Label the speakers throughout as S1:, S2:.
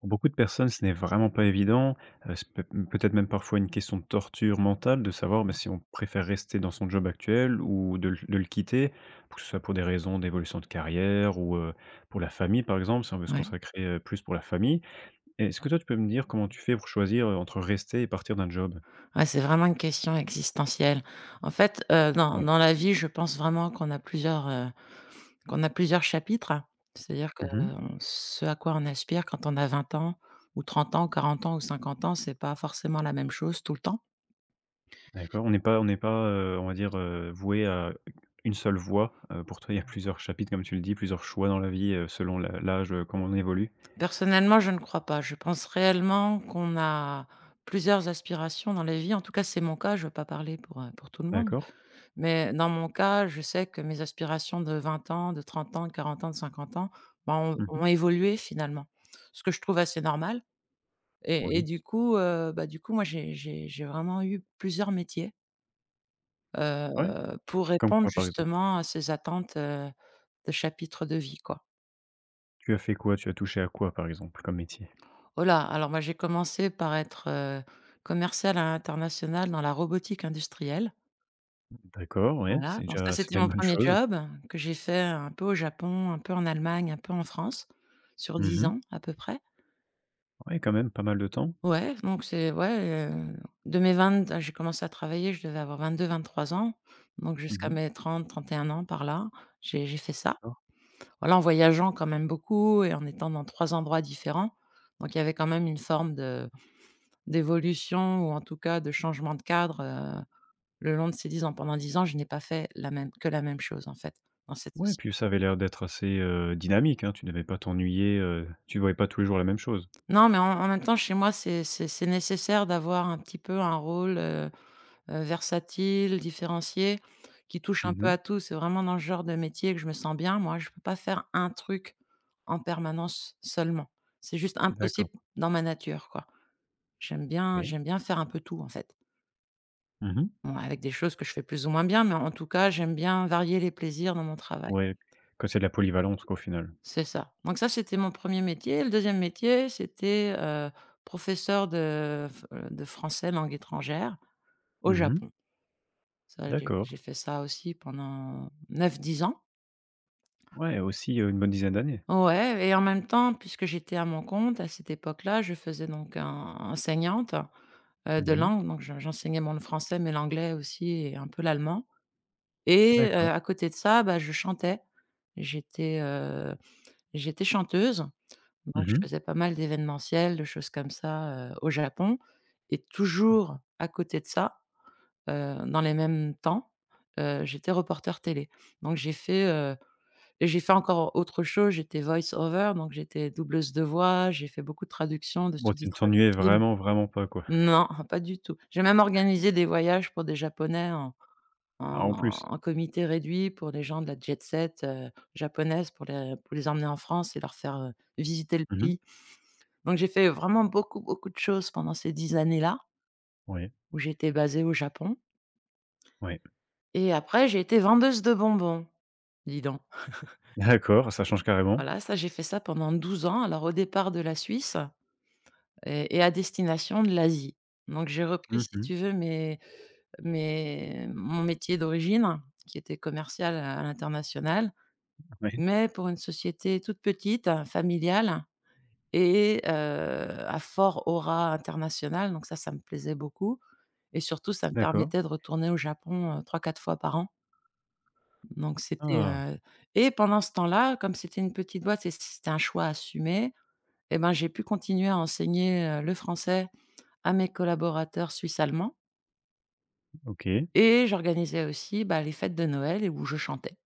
S1: Pour beaucoup de personnes, ce n'est vraiment pas évident. C'est peut-être même parfois une question de torture mentale de savoir, bah, si on préfère rester dans son job actuel ou de le quitter, que ce soit pour des raisons d'évolution de carrière ou, pour la famille, par exemple, si on veut se
S2: Ouais.
S1: consacrer, plus pour la famille. Est-ce que toi, tu peux me dire comment tu fais pour choisir, entre rester et partir d'un job?
S2: Ouais, c'est vraiment une question existentielle. En fait, dans
S1: Oui.
S2: dans la vie, je pense vraiment qu'on a plusieurs chapitres. C'est-à-dire que,
S1: Mmh.
S2: on ce à quoi on aspire quand on a 20 ans ou 30 ans, ou 40 ans ou 50 ans, c'est pas forcément la même chose tout le temps.
S1: D'accord, on n'est pas, on va dire, voué à une seule voie. Pour toi, il y a plusieurs chapitres, comme tu le dis, plusieurs choix dans la vie, selon la l'âge, comment on évolue.
S2: Personnellement, je ne crois pas. Je pense réellement qu'on a plusieurs aspirations dans la vie. En tout cas, c'est mon cas, je ne veux pas parler pour tout le monde.
S1: D'accord.
S2: Mais dans mon cas, je sais que mes aspirations de 20 ans, de 30 ans, de 40 ans, de 50 ans, ont
S1: Mmh.
S2: ont évolué finalement. Ce que je trouve assez normal et
S1: Oui.
S2: du coup, moi, j'ai vraiment eu plusieurs métiers,
S1: Ouais,
S2: pour
S1: comme
S2: répondre
S1: quoi, par exemple?
S2: justement à ces attentes, de chapitre de vie, quoi.
S1: Tu as fait quoi? Tu as touché à quoi, par exemple, comme métier?
S2: Oh là! Alors moi, j'ai commencé par être, commerciale à l'international dans la robotique industrielle.
S1: D'accord, ouais,
S2: Voilà,
S1: c'est
S2: donc ça,
S1: déjà c'est
S2: c'était
S1: déjà
S2: mon
S1: une bonne
S2: premier
S1: chose.
S2: job que j'ai fait un peu au Japon, un peu en Allemagne, un peu en France, sur 10
S1: Mmh.
S2: ans à peu près.
S1: Ouais, quand même, pas mal de temps.
S2: Ouais, donc de mes 20 j'ai commencé à travailler, je devais avoir 22, 23 ans, donc jusqu'à
S1: Mmh.
S2: mes 30, 31 ans par là, j'ai fait ça.
S1: D'accord.
S2: Voilà, en voyageant quand même beaucoup et en étant dans 3 endroits différents, donc il y avait quand même une forme de d'évolution ou en tout cas de changement de cadre, le long de ces 10 ans. Pendant 10 ans, je n'ai pas fait la même chose en fait, dans cette
S1: Ouais,
S2: socie
S1: puis ça avait l'air d'être assez, dynamique, hein, tu devais pas t'ennuyer, tu voyais pas tous les jours la même chose?
S2: Non, mais en même temps, chez moi, c'est nécessaire d'avoir un petit peu un rôle, versatile, différencié, qui touche un peu
S1: Mmh.
S2: à tout. C'est vraiment dans ce genre de métier que je me sens bien. Moi, je ne peux pas faire un truc en permanence seulement. C'est juste
S1: D'accord,
S2: impossible dans ma nature, quoi.
S1: oui.
S2: J'aime bien faire un peu tout, en fait.
S1: Mmh.
S2: Bon, avec des choses que je fais plus ou moins bien, mais en tout cas, j'aime bien varier les plaisirs dans mon travail.
S1: Ouais, que c'est de la polyvalence, quoi, au final.
S2: C'est ça. Donc ça, c'était mon premier métier. Le deuxième métier, c'était, professeur de français langue étrangère au
S1: Mmh.
S2: Japon. Ça, j'ai
S1: D'accord.
S2: j'ai fait ça aussi pendant 9 10 ans.
S1: Ouais, aussi, une bonne dizaine d'années?
S2: Ouais et en même temps, puisque j'étais à mon compte à cette époque-là, je faisais donc un enseignante, de
S1: Mmh.
S2: langue, donc j'enseignais mon français, mais l'anglais aussi et un peu l'allemand et
S1: D'accord.
S2: à côté de ça, bah, je chantais. J'étais, heu, j'étais chanteuse. Donc je
S1: Mmh.
S2: faisais pas mal d'événementiels, de choses comme ça, au Japon et toujours à côté de ça, dans les mêmes temps, j'étais reporter télé. Donc j'ai fait, heu et j'ai fait encore autre chose, j'étais voice over, donc j'étais doubleuse de voix, j'ai fait beaucoup de traductions, de
S1: Bon, tu ne
S2: sous-titrage
S1: t'ennuyais
S2: de films.
S1: vraiment, vraiment pas, quoi?
S2: Non, pas du tout. J'ai même organisé des voyages pour des Japonais
S1: Ah,
S2: en
S1: en plus?
S2: en comité réduit pour les gens de la jet set, japonaise pour les emmener en France et leur faire, visiter le
S1: Mmh mh.
S2: pays. Donc j'ai fait vraiment beaucoup, beaucoup de choses pendant ces 10 années-là,
S1: Ouais,
S2: où j'étais basée au Japon
S1: ouais.
S2: et après j'ai été vendeuse de bonbons, dis donc.
S1: D'accord, ça change carrément.
S2: Voilà, ça j'ai fait ça pendant 12 ans, alors au départ de la Suisse et à destination de l'Asie. Donc j'ai repris
S1: Mmh
S2: si
S1: mh.
S2: tu veux mes mes mon métier d'origine, qui était commercial à l'international,
S1: Ouais,
S2: mais pour une société toute petite, familiale et à fort aura internationale, donc ça me plaisait beaucoup et surtout ça me
S1: d'accord.
S2: permettait de retourner au Japon, 3-4 fois par an, donc c'était,
S1: Ah,
S2: heu et pendant ce temps-là, comme c'était une petite boîte et c'était un choix assumé et ben, j'ai pu continuer à enseigner, le français à mes collaborateurs suisses-allemands
S1: OK.
S2: et j'organisais aussi, bah, les fêtes de Noël et où je chantais.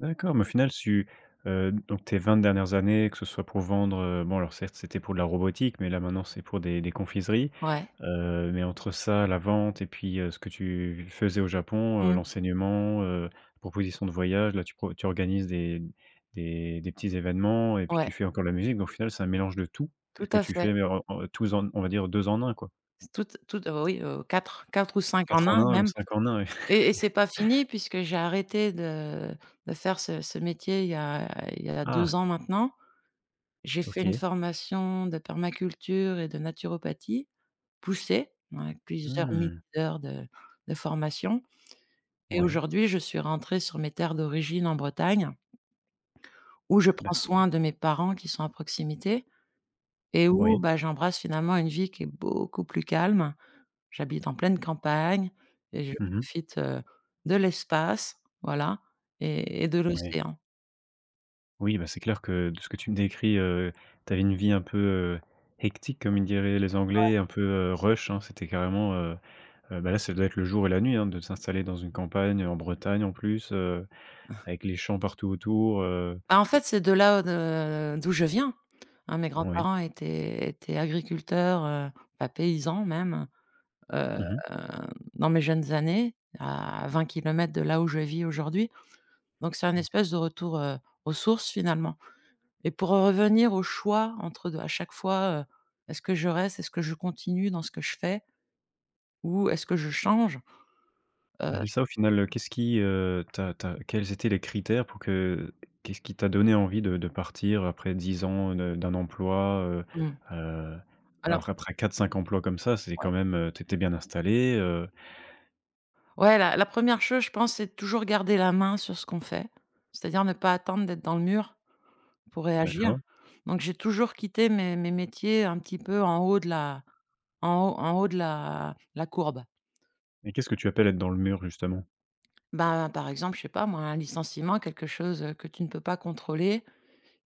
S1: D'accord, mais au final tu donc tes 20 dernières années, que ce soit pour vendre, bon alors certes c'était pour de la robotique, mais là maintenant c'est pour des confiseries.
S2: Ouais.
S1: Mais entre ça, la vente et puis, ce que tu faisais au Japon,
S2: Mmh.
S1: l'enseignement, propositions de voyage, là tu organises des petits événements et puis
S2: Ouais,
S1: tu fais encore la musique, donc au final c'est un mélange de tout et
S2: tout
S1: que
S2: à
S1: tu
S2: fait.
S1: fais, mais en tous en on va dire 2 en un quoi.
S2: Tout, oui, quatre 4 ou cinq en
S1: 4 en
S2: un
S1: un ou
S2: même.
S1: 5 en un. Oui.
S2: Et c'est pas fini puisque j'ai arrêté de faire ce métier il y a
S1: Ah,
S2: 2 ans maintenant. J'ai fait une
S1: OK.
S2: formation de permaculture et de naturopathie poussée, ouais, plusieurs milliers
S1: Mmh.
S2: d'heures de formation et
S1: Oui,
S2: aujourd'hui, je suis rentrée sur mes terres d'origine en Bretagne, où je prends
S1: d'ac
S2: soin de mes parents qui sont à proximité et où,
S1: oui.
S2: bah, j'embrasse finalement une vie qui est beaucoup plus calme. J'habite en pleine campagne et je
S1: Mmh.
S2: profite, de l'espace, voilà et de
S1: Oui.
S2: l'océan.
S1: Oui, bah, c'est clair que de ce que tu me décris, tu avais une vie un peu, hectic comme ils diraient les Anglais, un peu, rush, hein. C'était carrément, bah, là, ça doit être le jour et la nuit, hein, de s'installer dans une campagne, en Bretagne en plus, avec les champs partout autour,
S2: Bah, en fait, c'est de là de d'où je viens, hein, mes
S1: ouais.
S2: grands-parents étaient agriculteurs, bah, paysans même, heu,
S1: Mmh.
S2: dans mes jeunes années, à 20 kilomètres de là où je vis aujourd'hui. Donc c'est un espèce de retour, aux sources finalement et pour revenir au choix entre de à chaque fois, est-ce que je reste, est-ce que je continue dans ce que je fais ou est-ce que je change?
S1: Ah,
S2: Heu,
S1: c'est ça au final, qu'est-ce qui, t'a quels étaient les critères pour que qu'est-ce qui t'a donné envie de partir après 10 ans de d'un emploi,
S2: mmh.
S1: heu,
S2: Alors
S1: après quatre cinq emplois comme ça, c'est
S2: ouais.
S1: quand même, tu bien installé,
S2: Ouais, la la 1 chose, je pense, c'est de toujours garder la main sur ce qu'on fait. C'est-à-dire ne pas attendre d'être dans le mur pour réagir.
S1: d'accord
S2: Donc j'ai toujours quitté mes métiers un petit peu en haut de la courbe.
S1: et qu'est-ce que tu appelles être dans le mur justement?
S2: Ben, par exemple, je sais pas moi, un licenciement, quelque chose, que tu ne peux pas contrôler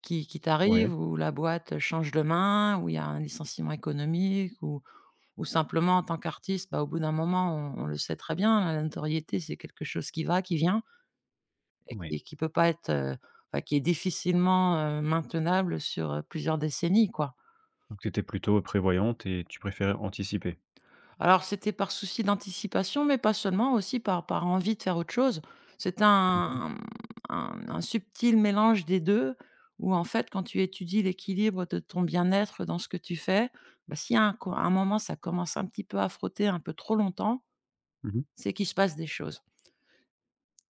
S2: qui
S1: Oui.
S2: t'arrive ou la boîte, change de main, ou il y a un licenciement économique ou simplement en tant qu'artiste, bah, au bout d'un moment, on le sait très bien, hein, la notoriété, c'est quelque chose qui va, qui vient. Et
S1: Oui.
S2: qui peut pas être, enfin qui est difficilement, maintenable sur, plusieurs décennies, quoi.
S1: Donc t'étais plutôt prévoyante et tu préférais anticiper?
S2: Alors c'était par souci d'anticipation, mais pas seulement, aussi par envie de faire autre chose. C'est
S1: Mmh mh.
S2: un un subtil mélange des 2. Où en fait, quand tu étudies l'équilibre de ton bien-être dans ce que tu fais, bah, si à un moment ça commence un petit peu à frotter un peu trop longtemps,
S1: Mmh.
S2: c'est qu'il se passe des choses,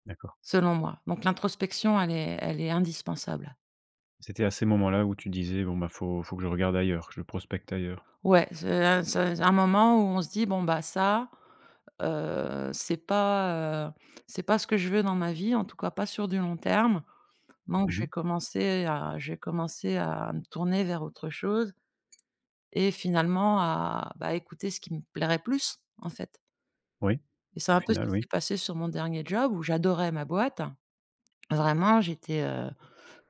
S1: D'accord.
S2: selon moi. Donc l'introspection, elle est indispensable.
S1: C'était à ces moments-là où tu disais: «Bon, bah, faut que je regarde ailleurs, que je prospecte ailleurs».
S2: Ouais, c'est un moment où on se dit: «Bon, bah, ça, heu, c'est pas, heu, c'est pas ce que je veux dans ma vie, en tout cas pas sur du long terme. Donc
S1: Mmh.
S2: je vais commencer à me tourner vers autre chose et finalement à, bah, écouter ce qui me plairait plus, en fait».
S1: Oui,
S2: Et c'est
S1: au
S2: un peu ce qui
S1: final, oui.
S2: s'est passé sur mon dernier job où j'adorais ma boîte. Vraiment,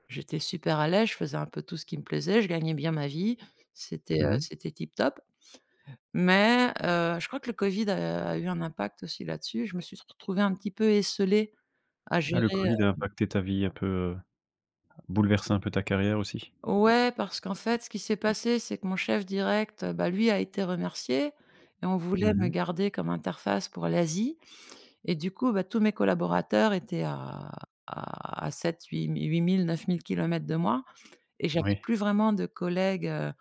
S2: j'étais super à l'aise, je faisais un peu tout ce qui me plaisait, je gagnais bien ma vie,
S1: Mmh.
S2: c'était tip top. Mais, je crois que le Covid a eu un impact aussi là-dessus. Je me suis retrouvée un petit peu esseulée à
S1: Ah, le
S2: gérer,
S1: Covid a impacté ta vie un peu. Bouleverser un peu ta carrière aussi?
S2: ouais, parce qu'en fait, ce qui s'est passé, c'est que mon chef direct, bah, lui a été remercié et on voulait
S1: Mmh
S2: me
S1: mh.
S2: garder comme interface pour l'Asie et du coup, bah, tous mes collaborateurs étaient à 7-8 000 mille 000-9 000 de moi et j'avais
S1: Oui.
S2: plus vraiment de collègues,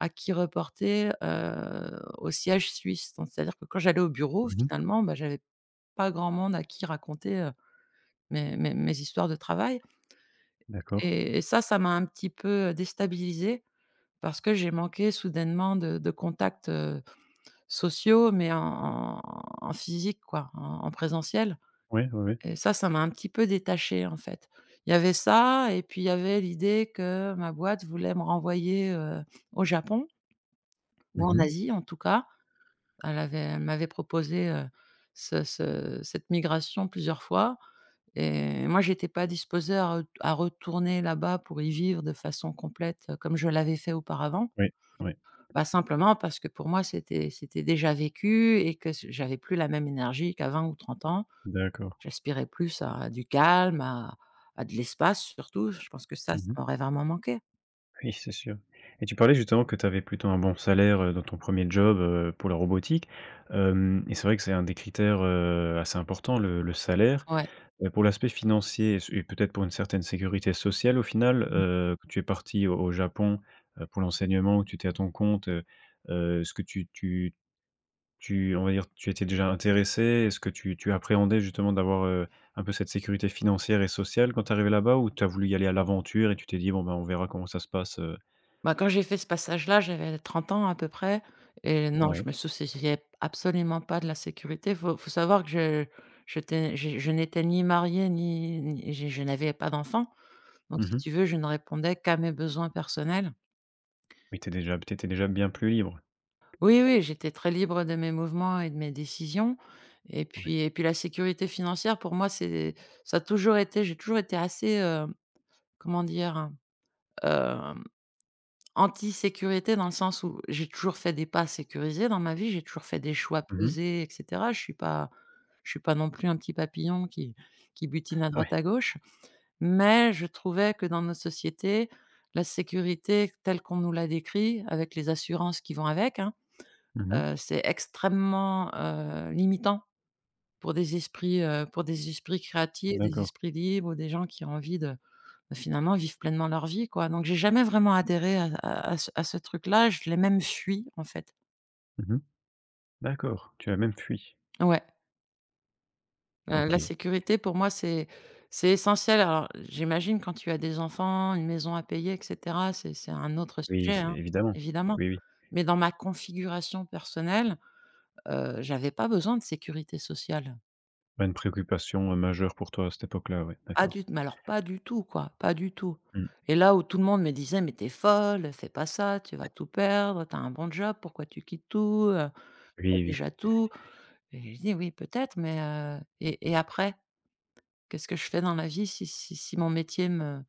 S2: à qui reporter, au siège suisse. Donc c'est-à-dire que quand j'allais au bureau,
S1: Mmh mh.
S2: finalement, bah, j'avais pas grand monde à qui raconter, mes histoires de travail
S1: D'accord.
S2: et ça, ça m'a un petit peu, déstabilisée parce que j'ai manqué soudainement de contacts, sociaux, mais en physique quoi, en présentiel
S1: Oui, oui, ouais.
S2: et ça m'a un petit peu détachée en fait. Il y avait ça et puis il y avait l'idée que ma boîte voulait me renvoyer, au Japon ou
S1: Mmh
S2: en
S1: mh.
S2: Asie en tout cas. Elle m'avait proposé, ce ce cette migration plusieurs fois. Et moi, j'étais pas disposée à retourner là-bas pour y vivre de façon complète, comme je l'avais fait auparavant.
S1: Oui, oui.
S2: Bah, simplement parce que pour moi, c'était déjà vécu et que c j'avais plus la même énergie qu'à 20 ou 30 ans.
S1: D'accord.
S2: J'aspirais plus à du calme, à de l'espace surtout. Je pense que ça,
S1: Mmh
S2: ça
S1: mh.
S2: m'aurait vraiment manqué.
S1: Oui, c'est sûr. Et tu parlais justement que tu avais plutôt un bon salaire, dans ton premier job, pour la robotique. Hem et c'est vrai que c'est un des critères, assez importants, le salaire.
S2: Ouais.
S1: Pour l'aspect financier et peut-être pour une certaine sécurité sociale au final, que tu es parti au Japon, pour l'enseignement, où tu étais à ton compte, est-ce que tu tu Tu on va dire, tu étais déjà intéressé. Est-ce que tu appréhendais justement d'avoir, un peu cette sécurité financière et sociale quand tu arrivais là-bas? Ou tu as voulu y aller à l'aventure et tu t'es dit: «Bon, ben, on verra comment ça se passe»?
S2: Bah, quand j'ai fait ce passage-là, j'avais 30 ans à peu près et non,
S1: Ouais.
S2: je me souciais absolument pas de la sécurité. Faut savoir que je j'étais je n'étais ni mariée ni je n'avais pas d'enfant. Donc si
S1: Mmh.
S2: tu veux, je ne répondais qu'à mes besoins personnels.
S1: Oui, tu déjà t'étais déjà bien plus libre?
S2: Oui, oui, j'étais très libre de mes mouvements et de mes décisions et
S1: Ouais.
S2: puis et puis la sécurité financière pour moi, c'est ça a toujours été j'ai toujours été assez, comment dire? Hem Anti-sécurité dans le sens où j'ai toujours fait des pas sécurisés dans ma vie, j'ai toujours fait des choix
S1: Mmh.
S2: pesés et cetera. Je suis pas non plus un petit papillon qui butine à
S1: Ah
S2: droite à
S1: ouais.
S2: gauche, mais je trouvais que dans notre société, la sécurité telle qu'on nous l'a décrit avec les assurances qui vont avec, hein,
S1: Mmh.
S2: c'est extrêmement, limitant pour des esprits créatifs, des
S1: D'accord.
S2: esprits libres ou des gens qui ont envie de bah, finalement, vivent pleinement leur vie, quoi. Donc j'ai jamais vraiment adhéré à ce truc-là, je l'ai même fui, en fait.
S1: Mmh. D'accord, tu as même fui?
S2: Ouais, mmh, la
S1: OK.
S2: sécurité pour moi, c'est essentiel. Alors j'imagine quand tu as des enfants, une maison à payer et cetera, c'est un autre
S1: Oui,
S2: sujet,
S1: c'est
S2: hein,
S1: évidemment.
S2: évidemment.
S1: Oui, oui.
S2: Mais dans ma configuration personnelle, j'avais pas besoin de sécurité sociale.
S1: Pas une préoccupation, majeure pour toi à cette époque-là, ouais,
S2: Pas
S1: d'accord.
S2: du mais alors pas du tout, quoi, pas du tout.
S1: Mmh.
S2: Et là où tout le monde me disait: «Mais t'es folle, fais pas ça, tu vas tout perdre, t'as un bon job, pourquoi tu quittes tout,» pas
S1: Oui, oui.
S2: déjà tout? Et je dis: «Oui, peut-être, mais et après? Qu'est-ce que je fais dans la vie si mon métier me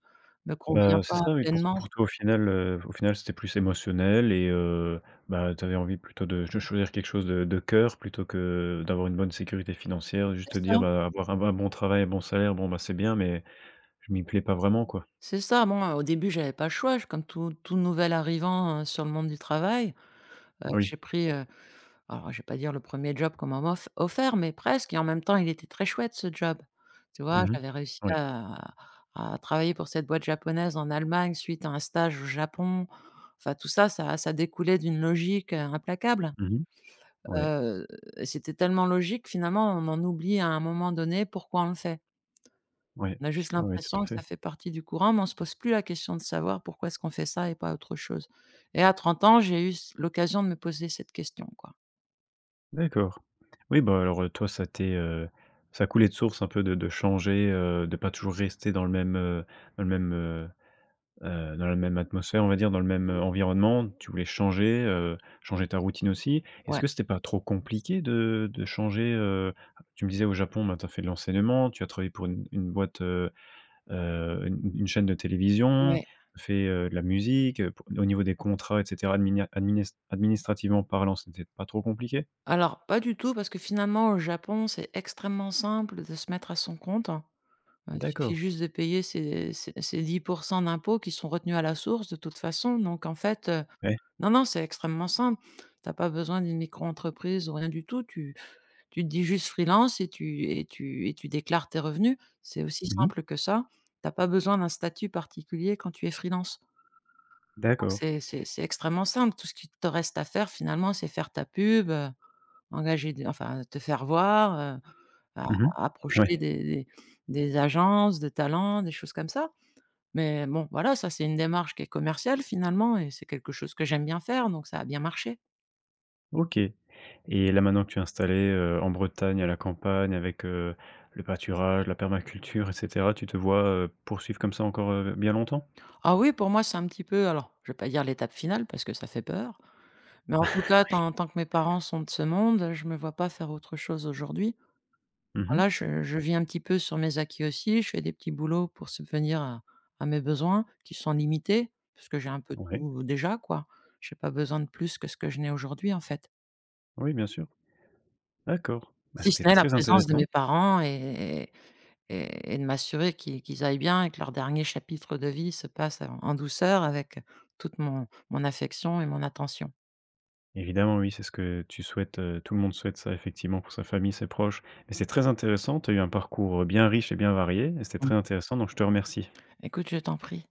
S2: convient
S1: Bah, c'est
S2: pas
S1: ça, oui, pour
S2: pleinement?»
S1: pour toi, au final, c'était plus émotionnel et bah, tu avais envie plutôt de choisir quelque chose de cœur plutôt que d'avoir une bonne sécurité financière. Juste
S2: c'est
S1: te
S2: ça,
S1: dire, bah, avoir un bon travail, un bon salaire, bon, bah, c'est bien, mais je m'y plais pas vraiment, quoi.
S2: c'est ça. Bon, au début, j'avais pas le choix, je comme tout nouvel arrivant, sur le monde du travail,
S1: Oui.
S2: j'ai pris, alors je vais pas dire le premier job qu'on m'a moff offert, mais presque et en même temps, il était très chouette ce job. Tu vois?
S1: Mmh mh.
S2: J'avais réussi
S1: Oui.
S2: à travailler pour cette boîte japonaise en Allemagne suite à un stage au Japon. Enfin tout ça, ça découlait d'une logique, implacable.
S1: Mmh mh. Ouais,
S2: Heu, c'était tellement logique, finalement, on en oublie à un moment donné pourquoi on le fait.
S1: ouais.
S2: On a juste
S1: Ouais, ouais, tout
S2: l'impression
S1: à
S2: que ça
S1: fait.
S2: fait partie du courant, mais on se pose plus la question de savoir pourquoi est-ce qu'on fait ça et pas autre chose. Et à trente ans, j'ai eu c l'occasion de me poser cette question, quoi.
S1: D'accord. Oui, bah, alors, toi, ça coulait de source un peu de changer, de pas toujours rester dans le même, dans le même. Dans la même atmosphère, on va dire, dans le même, environnement, tu voulais changer, changer ta routine aussi. Est-ce
S2: Ouais,
S1: que c'était pas trop compliqué de changer, tu me disais au Japon, ben, tu as fait de l'enseignement, tu as travaillé pour une boîte, une chaîne de télévision,
S2: ouais.
S1: tu as fait, de la musique, pour au niveau des contrats et cetera, administrativement parlant, c'était pas trop compliqué?
S2: Alors, pas du tout parce que finalement, au Japon, c'est extrêmement simple de se mettre à son compte. Il suffit
S1: D'accord.
S2: juste de payer ces 10 d'impôts qui sont retenus à la source de toute façon, donc en fait,
S1: Ouais.
S2: non, non, c'est extrêmement simple. Tu as pas besoin d'une micro-entreprise ou rien du tout. Tu te dis juste freelance et tu déclares tes revenus. C'est aussi
S1: Mmh.
S2: simple que ça. Tu as pas besoin d'un statut particulier quand tu es freelance. Donc
S1: D'accord.
S2: c'est extrêmement simple. Tout ce qui te reste à faire finalement, c'est faire ta pub, engager des enfin te faire voir, a
S1: Mmh.
S2: approcher des
S1: Ouais.
S2: des des agences de talents, des choses comme ça. Mais bon, voilà, ça, c'est une démarche qui est commerciale finalement et c'est quelque chose que j'aime bien faire, donc ça a bien marché.
S1: OK et là, maintenant que tu es installée, en Bretagne, à la campagne avec, le pâturage, la permaculture et cetera, tu te vois, poursuivre comme ça encore, bien longtemps?
S2: Ah oui, pour moi, c'est un petit peu alors, je vais pas dire l'étape finale parce que ça fait peur, mais en tout cas, tant que mes parents sont de ce monde, je me vois pas faire autre chose aujourd'hui.
S1: Mmh mh.
S2: Voilà, je vis un petit peu sur mes acquis aussi, je fais des petits boulots pour subvenir à mes besoins qui sont limités, parce que j'ai un peu
S1: Ouais.
S2: tout déjà, quoi. J'ai pas besoin de plus que ce que je n'ai aujourd'hui, en fait.
S1: Oui, bien sûr. D'accord. Bah,
S2: Si ce
S1: c'était
S2: n'est la
S1: très
S2: présence de mes
S1: intéressant.
S2: parents et et de m'assurer qu'ils aillent bien et que leur dernier chapitre de vie se passe en douceur avec toute mon affection et mon attention.
S1: Évidemment, oui, c'est ce que tu souhaites, tout le monde souhaite ça effectivement pour sa famille, ses proches, mais c'est très intéressant. Tu as eu un parcours, bien riche et bien varié et c'était
S2: Mmh.
S1: très intéressant donc je te remercie.
S2: Écoute, je t'en prie.